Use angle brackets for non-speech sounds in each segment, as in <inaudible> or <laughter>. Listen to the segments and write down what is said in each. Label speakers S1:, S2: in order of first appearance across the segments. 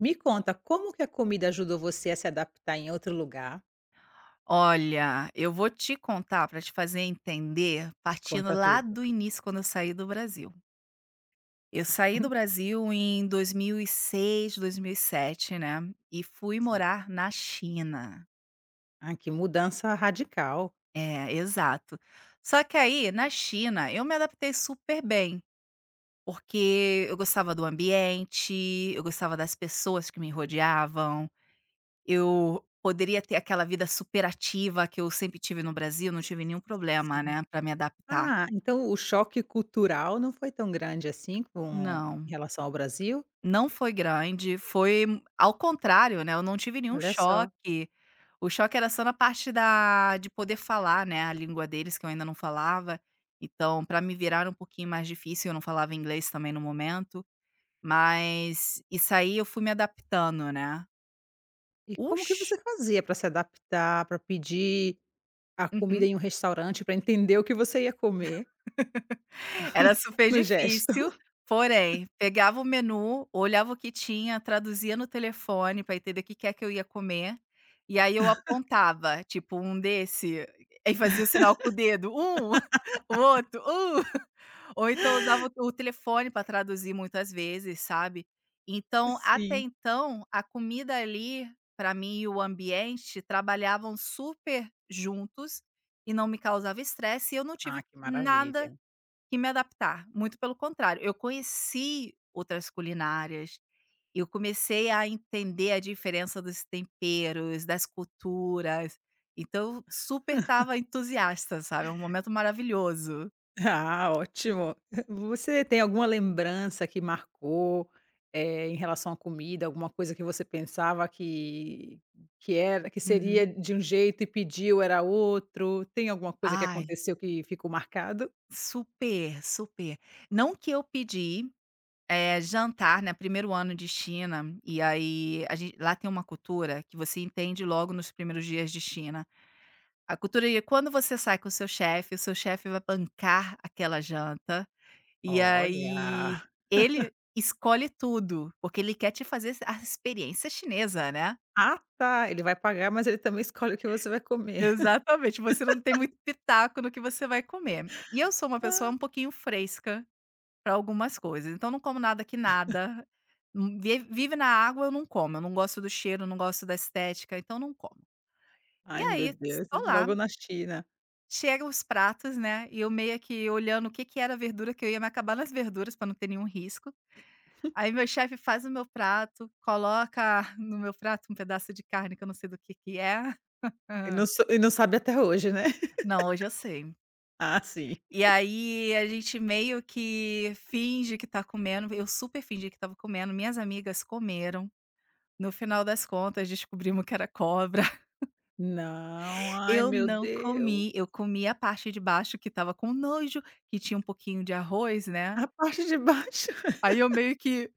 S1: Me conta, como que a comida ajudou você a se adaptar em outro lugar?
S2: Olha, eu vou te contar para te fazer entender, partindo
S1: Conta
S2: lá
S1: tudo.
S2: do início, quando eu saí do Brasil. Eu saí do Brasil em dois mil e seis, 2007, né, e fui
S1: Sim.
S2: morar na China.
S1: Ah, que mudança radical.
S2: É, exato. Só que aí, na China, eu me adaptei super bem, porque eu gostava do ambiente, eu gostava das pessoas que me rodeavam, eu poderia ter aquela vida superativa que eu sempre tive no Brasil, não tive nenhum problema,
S1: Sim.
S2: né, para me adaptar.
S1: Ah, então o choque cultural não foi tão grande assim com em
S2: Não,
S1: relação ao Brasil?
S2: não foi grande, foi ao contrário, né, eu não tive nenhum
S1: Olha só.
S2: choque. O choque era só na parte da de poder falar, né, a língua deles que eu ainda não falava, então pra me virar era um pouquinho mais difícil, eu não falava inglês também no momento, mas isso aí eu fui me adaptando, né.
S1: E
S2: O
S1: como que
S2: ch
S1: você fazia para se adaptar, para pedir a comida
S2: Uhum.
S1: em um restaurante, para entender o que você ia comer
S2: Era super
S1: no gesto?
S2: difícil,
S1: <laughs>
S2: porém, pegava o menu, olhava o que tinha, traduzia no telefone para entender o que que é que eu ia comer, e aí eu apontava, tipo, um desse, aí fazia o sinal com o dedo, um, <laughs> o outro, um, ou então usava o telefone para traduzir muitas vezes, sabe. Então, até
S1: Sim.
S2: então, a comida ali, para mim e o ambiente trabalhavam super juntos, e não me causava estresse e eu não tive
S1: Ah, que
S2: nada
S1: maravilha.
S2: que me adaptar, muito pelo contrário, eu conheci outras culinárias, eu comecei a entender a diferença dos temperos, das culturas, então eu super estava entusiasta, sabe, é um momento maravilhoso.
S1: Ah, ótimo. <laughs> Você tem alguma lembrança que marcou, em relação à comida, alguma coisa que você pensava que era que
S2: Uhum.
S1: seria de um jeito e pediu era outro? Tem alguma coisa que
S2: Ai,
S1: aconteceu que ficou marcado?
S2: super, super. Não que eu pedi, jantar, né. Primeiro ano de China, e aí a gen lá tem uma cultura que você entende logo nos primeiros dias de China. A cultura é quando você sai com o seu chefe vai bancar aquela janta, e
S1: Olha.
S2: aí ele escolhe tudo, porque ele quer te fazer a experiência chinesa, né.
S1: Ah, tá, ele vai pagar, mas ele também escolhe o que você vai comer.
S2: Exatamente, você não tem muito pitaco no que você vai comer. E eu sou uma pessoa um
S1: <laughs>
S2: pouquinho fresca para algumas coisas, então não como nada que nada, vi vive na água eu não como, eu não gosto do cheiro, não gosto da estética, então não como. E
S1: Ai, meu
S2: aí,
S1: Deus,
S2: estou lá
S1: logo na China.
S2: chega os pratos, né, e eu meio que olhando o que que era a verdura, que eu ia me acabar nas verduras para não ter nenhum risco. Aí meu chefe faz o meu prato, coloca <laughs> no meu prato um pedaço de carne que eu não sei do que é. <laughs>
S1: E não sabe até hoje, né? <laughs>
S2: Não, hoje eu sei.
S1: Ah, sim.
S2: E aí a gente meio que finge que tá comendo, eu super fingi que estava comendo, minhas amigas comeram, no final das contas descobrimos que era cobra. <laughs>
S1: Não, ai,
S2: Eu
S1: meu
S2: não
S1: Deus.
S2: comi, eu comi a parte de baixo que estava com nojo, que tinha um pouquinho de arroz, né.
S1: A parte de baixo.
S2: Aí eu meio que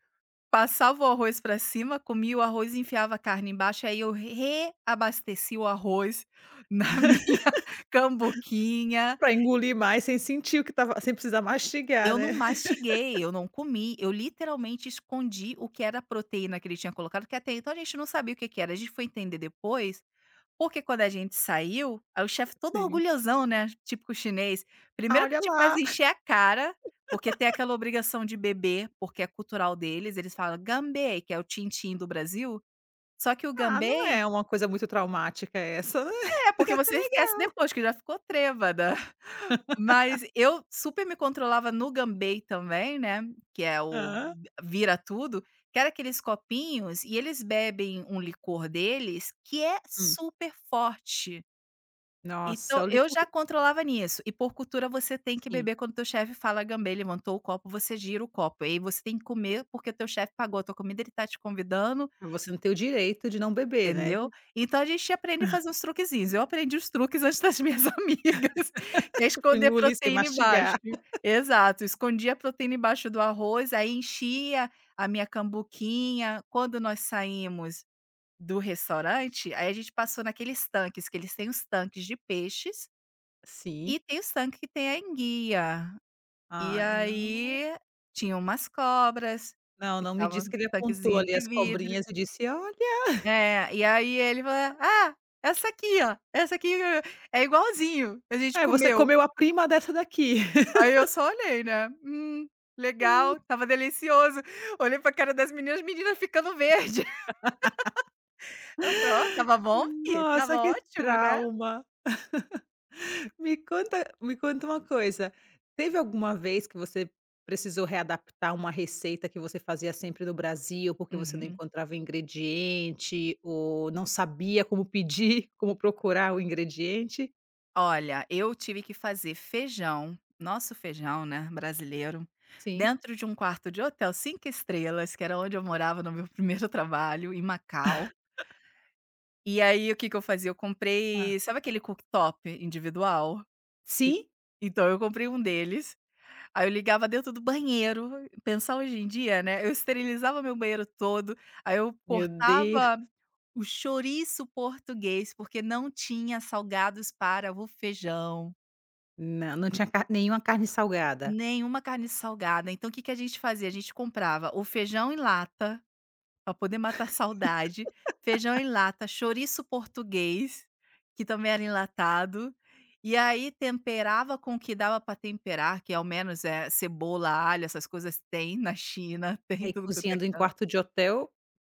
S2: passava o arroz pra cima, comia o arroz e enfiava a carne embaixo, aí eu reabasteci o arroz na minha <laughs> cambuquinha.
S1: Pra engolir mais sem sentir o que estava, sem precisar mastigar,
S2: Eu não
S1: né.
S2: mastiguei, eu não comi, eu literalmente escondi o que era a proteína que ele tinha colocado, que até então a gente não sabia o que que era. A gente foi entender depois, porque quando a gente saiu, aí o chefe todo
S1: Sim.
S2: orgulhosão, né, típico chinês,
S1: Ah,
S2: primeiro que
S1: olha
S2: te faz
S1: lá.
S2: encher a cara, porque tem aquela obrigação de beber, porque é cultural deles, eles falam: gambê, que é o tintim do Brasil. Só que o
S1: Ah, não é
S2: Ganbei
S1: uma coisa muito traumática essa, né.
S2: é, porque você
S1: <laughs>
S2: esquece depois que já ficou trêbada. <laughs> Mas eu super me controlava no Ganbei também, né, que é o
S1: Hã.
S2: vira tudo, que era aqueles copinhos e eles bebem um licor deles que é
S1: Hum.
S2: super forte. Então
S1: Nossa, o
S2: eu
S1: licor.
S2: já controlava nisso. E por cultura você tem que
S1: Sim.
S2: beber quando teu chefe fala Ganbei, levantou o copo, você gira o copo. E aí você tem que comer, porque teu chefe pagou a tua comida, ele está te convidando.
S1: Mas você não tem o direito de não beber, né.
S2: Entendeu?
S1: <laughs>
S2: Então a gente aprende a fazer uns truquezinhos, eu aprendi os truques antes das minhas <laughs> amigas, é
S1: Tipo,
S2: esconder
S1: engolir sem
S2: proteína embaixo.
S1: mastigar.
S2: Exato, escondia a proteína embaixo do arroz, aí enchia a minha cambuquinha. Quando nós saímos do restaurante, aí a gente passou naqueles tanques, que eles têm os tanques de peixes,
S1: Sim.
S2: e tem os tanques que tem a enguia. E
S1: Ai, não.
S2: aí, tinha umas cobras,
S1: Não,
S2: que
S1: não me
S2: estavam
S1: diz
S2: no
S1: que ele apontou
S2: tanquezinho
S1: ali
S2: de
S1: as
S2: vidro.
S1: cobrinhas e disse: "Olha,
S2: É, e aí ele fala: "Ah, essa aqui ó, essa aqui é igualzinho, a gente
S1: é você
S2: comeu".
S1: comeu a prima dessa daqui".
S2: Aí eu só olhei, né, legal,
S1: <laughs>
S2: estava delicioso". Olhei pra cara das meninas, as meninas ficando verde. <laughs> Eu falei: "Ó, estava bom fi, estava
S1: Nossa, que
S2: ótimo, né".
S1: trauma. Me conta uma coisa, teve alguma vez que você precisou readaptar uma receita que você fazia sempre no Brasil, porque você não
S2: Uhum.
S1: encontrava ingrediente ou não sabia como pedir, <laughs> como procurar o ingrediente?
S2: Olha, eu tive que fazer feijão, nosso feijão, né, brasileiro,
S1: Sim.
S2: dentro de um quarto de hotel 5 estrelas, que era onde eu morava no meu primeiro trabalho, em Macau. E aí o que que eu fazia? Eu comprei sabe aquele cooktop individual? Que
S1: Sim?
S2: então eu comprei um deles, aí eu ligava dentro do banheiro, pensar hoje em dia, né, eu esterilizava meu banheiro todo, aí eu
S1: Meu Deus.
S2: cortava o chouriço português, porque não tinha salgados para o feijão
S1: Não, não
S2: e
S1: tinha car nenhuma carne salgada.
S2: nenhuma carne salgada, então o que que a gente fazia? A gente comprava o feijão em lata. Pra poder matar a saudade, feijão em lata, chouriço português, que também era enlatado, e aí temperava com o que dava pra temperar, que ao menos é cebola, alho, essas coisas tem na China, <laughs> tem
S1: Aí
S2: tudo quanto é
S1: cozinhando em
S2: canto.
S1: quarto de hotel,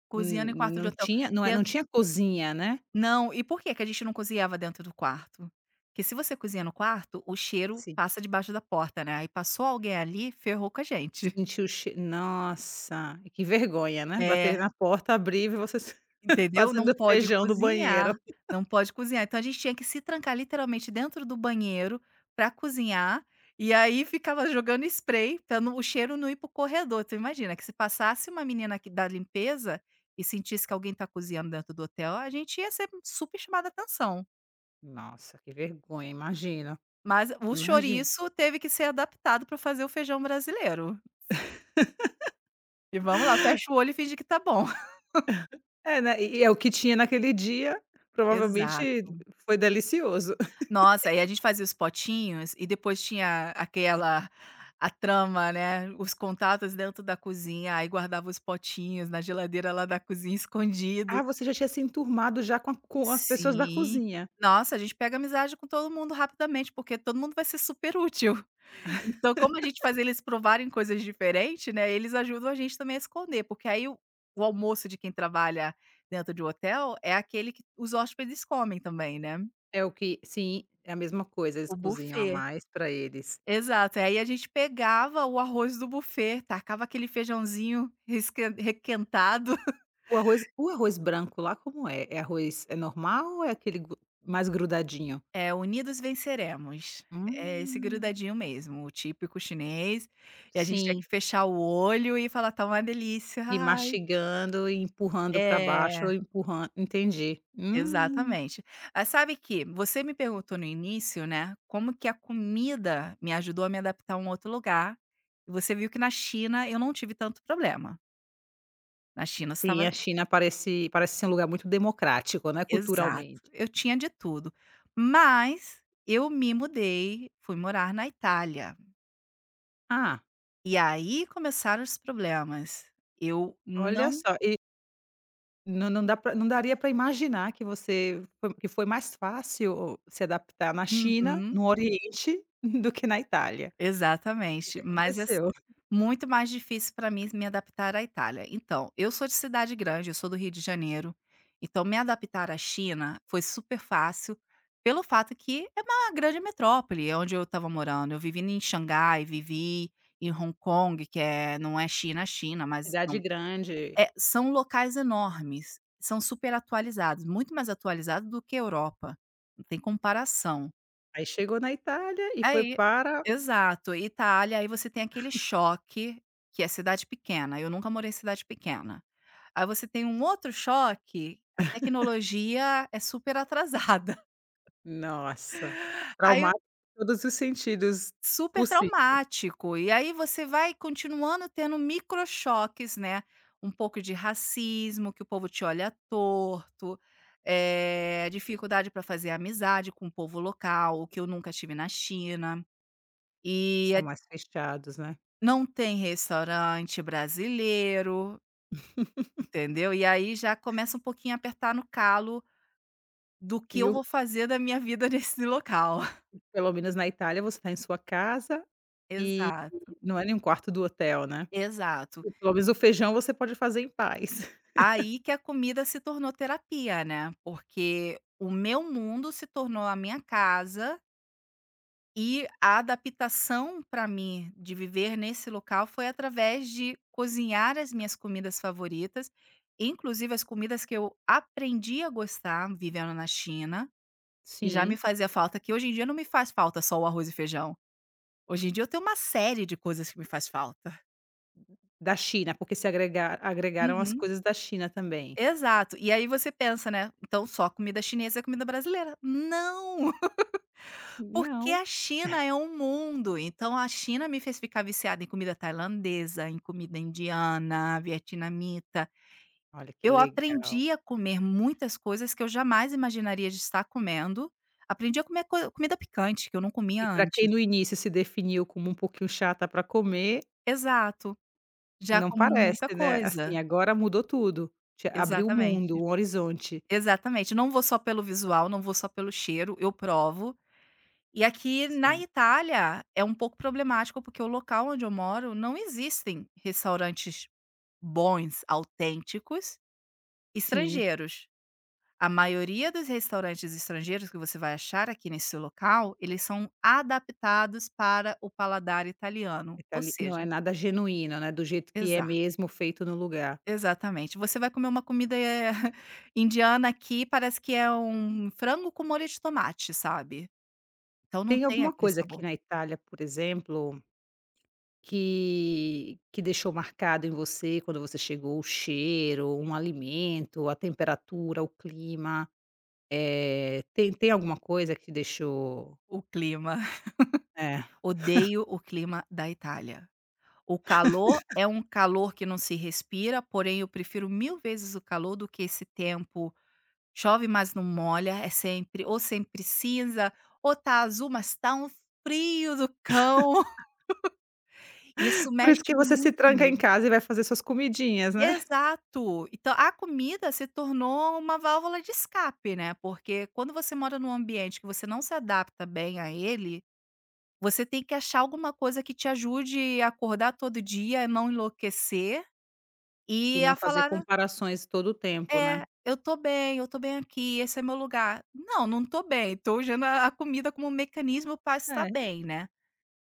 S2: Cozinhando em quarto de hotel. Den
S1: não tinha cozinha, né?
S2: Não, e por que que a gente não cozinhava dentro do quarto? Porque se você cozinha no quarto, o cheiro
S1: Sim.
S2: passa debaixo da porta, né, aí passou alguém ali, ferrou com a gente.
S1: Sentiu o che Nossa, que vergonha, né, baterem
S2: É.
S1: na porta, abrir e você se <laughs>
S2: Entendeu? Não
S1: fazendo
S2: pode
S1: feijão no
S2: cozinhar,
S1: banheiro.
S2: não pode cozinhar. Então a gente tinha que se trancar literalmente dentro do banheiro para cozinhar, e aí ficava jogando spray para o cheiro não ir pro corredor. Tu imagina que se passasse uma menina aqui da limpeza e sentisse que alguém tá cozinhando dentro do hotel, a gente ia ser super chamada atenção.
S1: Nossa, que vergonha, imagino,
S2: Mas o
S1: imagino.
S2: chouriço teve que ser adaptado para fazer o feijão brasileiro. E vamos lá, fecha o olho e finge que tá bom. <laughs>
S1: É, né, e é o que tinha naquele dia,
S2: Exato.
S1: provavelmente foi delicioso. <laughs>
S2: Nossa, aí a gente fazia os potinhos e depois tinha aquela a trama, né, os contatos dentro da cozinha, aí guardava os potinhos na geladeira lá da cozinha <laughs>
S1: Ah,
S2: escondido.
S1: você já tinha se enturmado já com as pessoas da
S2: Sim.
S1: cozinha.
S2: Nossa, a gente pega amizade com todo mundo rapidamente, porque todo mundo vai ser super útil. <laughs> Então, como a gente faz eles provarem coisas diferentes, né, eles ajudam a gente também a esconder, porque aí o almoço de quem trabalha dentro de um hotel é aquele que os hóspedes comem também, né,
S1: É o que sim, é a mesma coisa, eles
S2: o
S1: cozinham a
S2: buffet.
S1: mais para eles.
S2: Exato. E aí a gente pegava o arroz do buffet, tacava aquele feijãozinho resquen requentado. <laughs>
S1: O arroz branco lá como é? É arroz é normal ou é aquele gru mais grudadinho?
S2: É, unidos venceremos. É esse
S1: Hum,
S2: grudadinho mesmo, o típico chinês. E a gente tinha que
S1: sim.
S2: fechar o olho e falar: "Tá uma delícia,
S1: E
S2: ai".
S1: mastigando e empurrando para baixo
S2: É,
S1: ou empurran entendi.
S2: exatamente. Mas sabe que você me perguntou no início, né, como que a comida me ajudou a me adaptar a um outro lugar, e você viu que na China eu não tive tanto problema. Na China você
S1: Sim,
S2: estava
S1: a China parece ser um lugar muito democrático, né,
S2: Exato,
S1: culturalmente.
S2: eu tinha de tudo. Mas eu me mudei, fui morar na Itália,
S1: Ah,
S2: e aí começaram os problemas. Eu
S1: olha
S2: não
S1: só, e não não dá pra não daria para imaginar que você foi que foi mais fácil se adaptar na China,
S2: Uhum.
S1: no Oriente, <laughs> do que na Itália. O
S2: Exatamente,
S1: que
S2: mas é s
S1: aconteceu?
S2: muito mais difícil para mim me adaptar à Itália. Então, eu sou de cidade grande, eu sou do Rio de Janeiro, então me adaptar à China foi super fácil, pelo fato que é uma grande metrópole, é onde eu estava morando. Eu vivi em Xangai, vivi em Hong Kong, que não é China, é China,
S1: Cidade grande,
S2: é, são locais enormes, são super atualizados, muito mais atualizados do que a Europa, não tem comparação.
S1: aí chegou na Itália e foi
S2: Aí
S1: para
S2: exato. Itália, aí você tem aquele choque, que é cidade pequena, eu nunca morei em cidade pequena. Aí você tem um outro choque, a tecnologia é super atrasada.
S1: nossa,
S2: <laughs> Aí
S1: traumático em todos os sentidos
S2: super
S1: possi
S2: traumático, e aí você vai continuando tendo micro choques, né, um pouco de racismo, que o povo te olha torto, dificuldade para fazer amizade com o povo local, o que eu nunca tive na China. E
S1: São mais fechados, né.
S2: Não tem restaurante brasileiro, entendeu. E aí já começa um pouquinho a apertar no calo do que
S1: E
S2: eu
S1: o
S2: vou fazer da minha vida nesse local. <laughs>
S1: pelo menos na Itália você está em sua casa e
S2: Exato,
S1: não é nem um quarto do hotel, né.
S2: exato.
S1: E pelo menos o feijão você pode fazer em paz. <laughs>
S2: Aí que a comida se tornou terapia, né, porque o meu mundo se tornou a minha casa e a adaptação para mim de viver nesse local foi através de cozinhar as minhas comidas favoritas, inclusive as comidas que eu aprendi a gostar vivendo na China. Que já me
S1: Sim.
S2: fazia falta, que hoje em dia não me faz falta só o arroz e feijão. Hoje em dia eu tenho uma série de coisas que me faz falta.
S1: Da China, porque se agregaram as
S2: Uhum.
S1: coisas da China também?
S2: Exato. E aí você pensa, né, então só comida chinesa é comida brasileira. Não! <laughs> Porque
S1: Não.
S2: a China é um mundo, então a China me fez ficar viciada em comida tailandesa, em comida indiana, vietnamita.
S1: Olha que
S2: Eu
S1: legal.
S2: aprendi a comer muitas coisas que eu jamais imaginaria de estar comendo. Aprendi a comer coi comida picante, que eu não
S1: E
S2: comia
S1: para quem
S2: antes.
S1: no início se definiu como um pouquinho chata para comer,
S2: Exato. Já
S1: não
S2: como muita
S1: parece, né,
S2: coisa.
S1: assim, agora mudou tudo. Te abriu o mundo,
S2: Exatamente,
S1: um horizonte.
S2: exatamente. Não vou só pelo visual, não vou só pelo cheiro, eu provo. E aqui na
S1: Sim,
S2: Itália é um pouco problemático, porque o local onde eu moro não existem restaurantes bons, autênticos,
S1: sim.
S2: estrangeiros. A maioria dos restaurantes estrangeiros que você vai achar aqui nesse local, eles são adaptados para o paladar italiano, ou
S1: Itali não é
S2: seja
S1: nada genuíno, né, do jeito que é
S2: exato.
S1: mesmo feito no lugar.
S2: Exatamente. Você vai comer uma comida, <laughs> indiana aqui, parece que é um frango com molho de tomate, sabe. Então não
S1: Tem
S2: tem
S1: alguma
S2: aquele
S1: coisa aqui
S2: sabor.
S1: na Itália, por exemplo, que deixou marcado em você quando você chegou? O cheiro, um alimento, a temperatura, o clima? Tem alguma coisa que te deixou
S2: O clima, <laughs>
S1: é,
S2: odeio o clima da Itália. O calor é um calor que não se respira, porém eu prefiro 1000 vezes o calor do que esse tempo chove, mas não molha, é sempre ou sempre cinza, ou tá azul, mas tá um frio do cão. <laughs> Isso
S1: <laughs> por isso
S2: mexe
S1: que você se
S2: muito
S1: tranca em
S2: comigo.
S1: casa e vai fazer suas comidinhas, né.
S2: Exato. Então a comida se tornou uma válvula de escape, né, porque quando você mora num ambiente que você não se adapta bem a ele, você tem que achar alguma coisa que te ajude a acordar todo dia, a não enlouquecer
S1: E
S2: e a
S1: não fazer
S2: falar:
S1: comparações todo o tempo, né.
S2: "É, eu tô bem aqui, esse é meu lugar". "Não, não tô bem", tô usando a comida como um mecanismo para estar
S1: É.
S2: bem, né.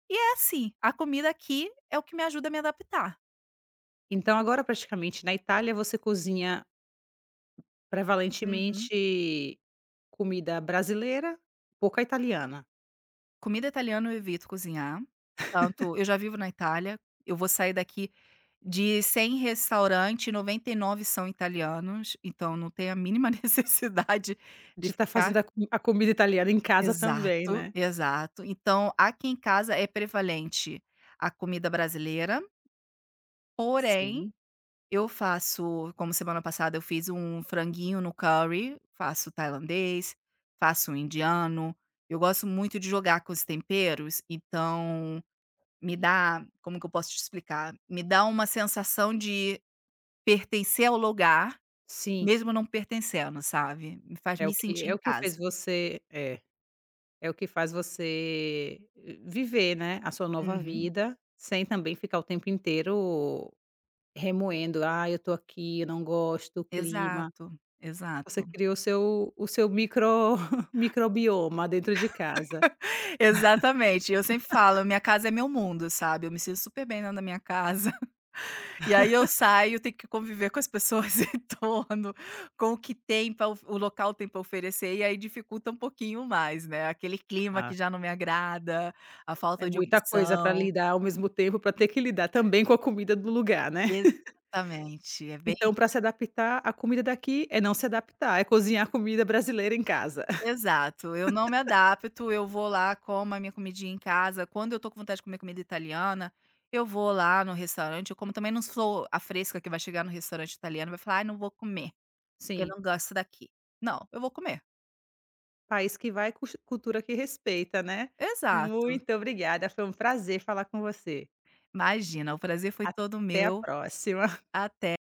S2: E é assim, a comida aqui é o que me ajuda a me adaptar.
S1: Então agora praticamente na Itália você cozinha
S2: Uhum.
S1: prevalentemente comida brasileira, pouca italiana?
S2: Comida italiana eu evito cozinhar, tanto eu já vivo na Itália, eu vou sair daqui de 100 restaurante, nove são italianos, então não tem a mínima <laughs> necessidade de
S1: De estar
S2: ficar
S1: fazendo a comida italiana em casa também,
S2: exato,
S1: né.
S2: exato. Então, aqui em casa é prevalente a comida brasileira, porém
S1: Sim.
S2: eu faço como semana passada eu fiz um franguinho no curry, faço tailandês, faço um indiano, eu gosto muito de jogar com os temperos, então me dá como que eu posso te explicar? Me dá uma sensação de pertencer ao lugar,
S1: Sim,
S2: mesmo não pertencendo, sabe? Me faz
S1: é o
S2: me
S1: que
S2: sentir
S1: é
S2: em
S1: o que
S2: casa.
S1: fez você é o que faz você viver, né, a sua nova
S2: Uhum.
S1: vida, sem também ficar o tempo inteiro remoendo: ah, eu tô aqui, eu não gosto do clima".
S2: Exato,
S1: Você
S2: exato.
S1: criou o seu micro <laughs> microbioma dentro de casa.
S2: <laughs> Exatamente, eu sempre falo: "Minha casa é meu mundo", sabe? Eu me sinto super bem dentro da minha casa. <laughs> E aí eu saio, tenho que conviver com as pessoas <laughs> em torno, com o local tem para oferecer, e aí dificulta um pouquinho mais, né? Aquele clima que
S1: Ah,
S2: já não me agrada, a
S1: é
S2: falta de
S1: muita coisa para
S2: opção.
S1: lidar ao mesmo tempo, para ter que lidar também com a comida do lugar, né.
S2: Exatamente, é bem
S1: Então, para se adaptar, a comida daqui é não se adaptar, é cozinhar comida brasileira em casa. <laughs>
S2: exato. Eu não me adapto, eu vou lá, como a minha comidinha em casa. Quando eu tô com vontade de comer comida italiana, eu vou lá no restaurante. Eu como também não sou a fresca que vai chegar no restaurante italiano e vai falar: "Ai, não vou comer, porque eu
S1: Sim.
S2: não gosto daqui". Não, eu vou comer.
S1: País que vai, cus cultura que respeita, né.
S2: Exato.
S1: Muito obrigada, foi um prazer falar com você.
S2: Imagina, o prazer foi todo
S1: Até a
S2: meu.
S1: próxima.
S2: Até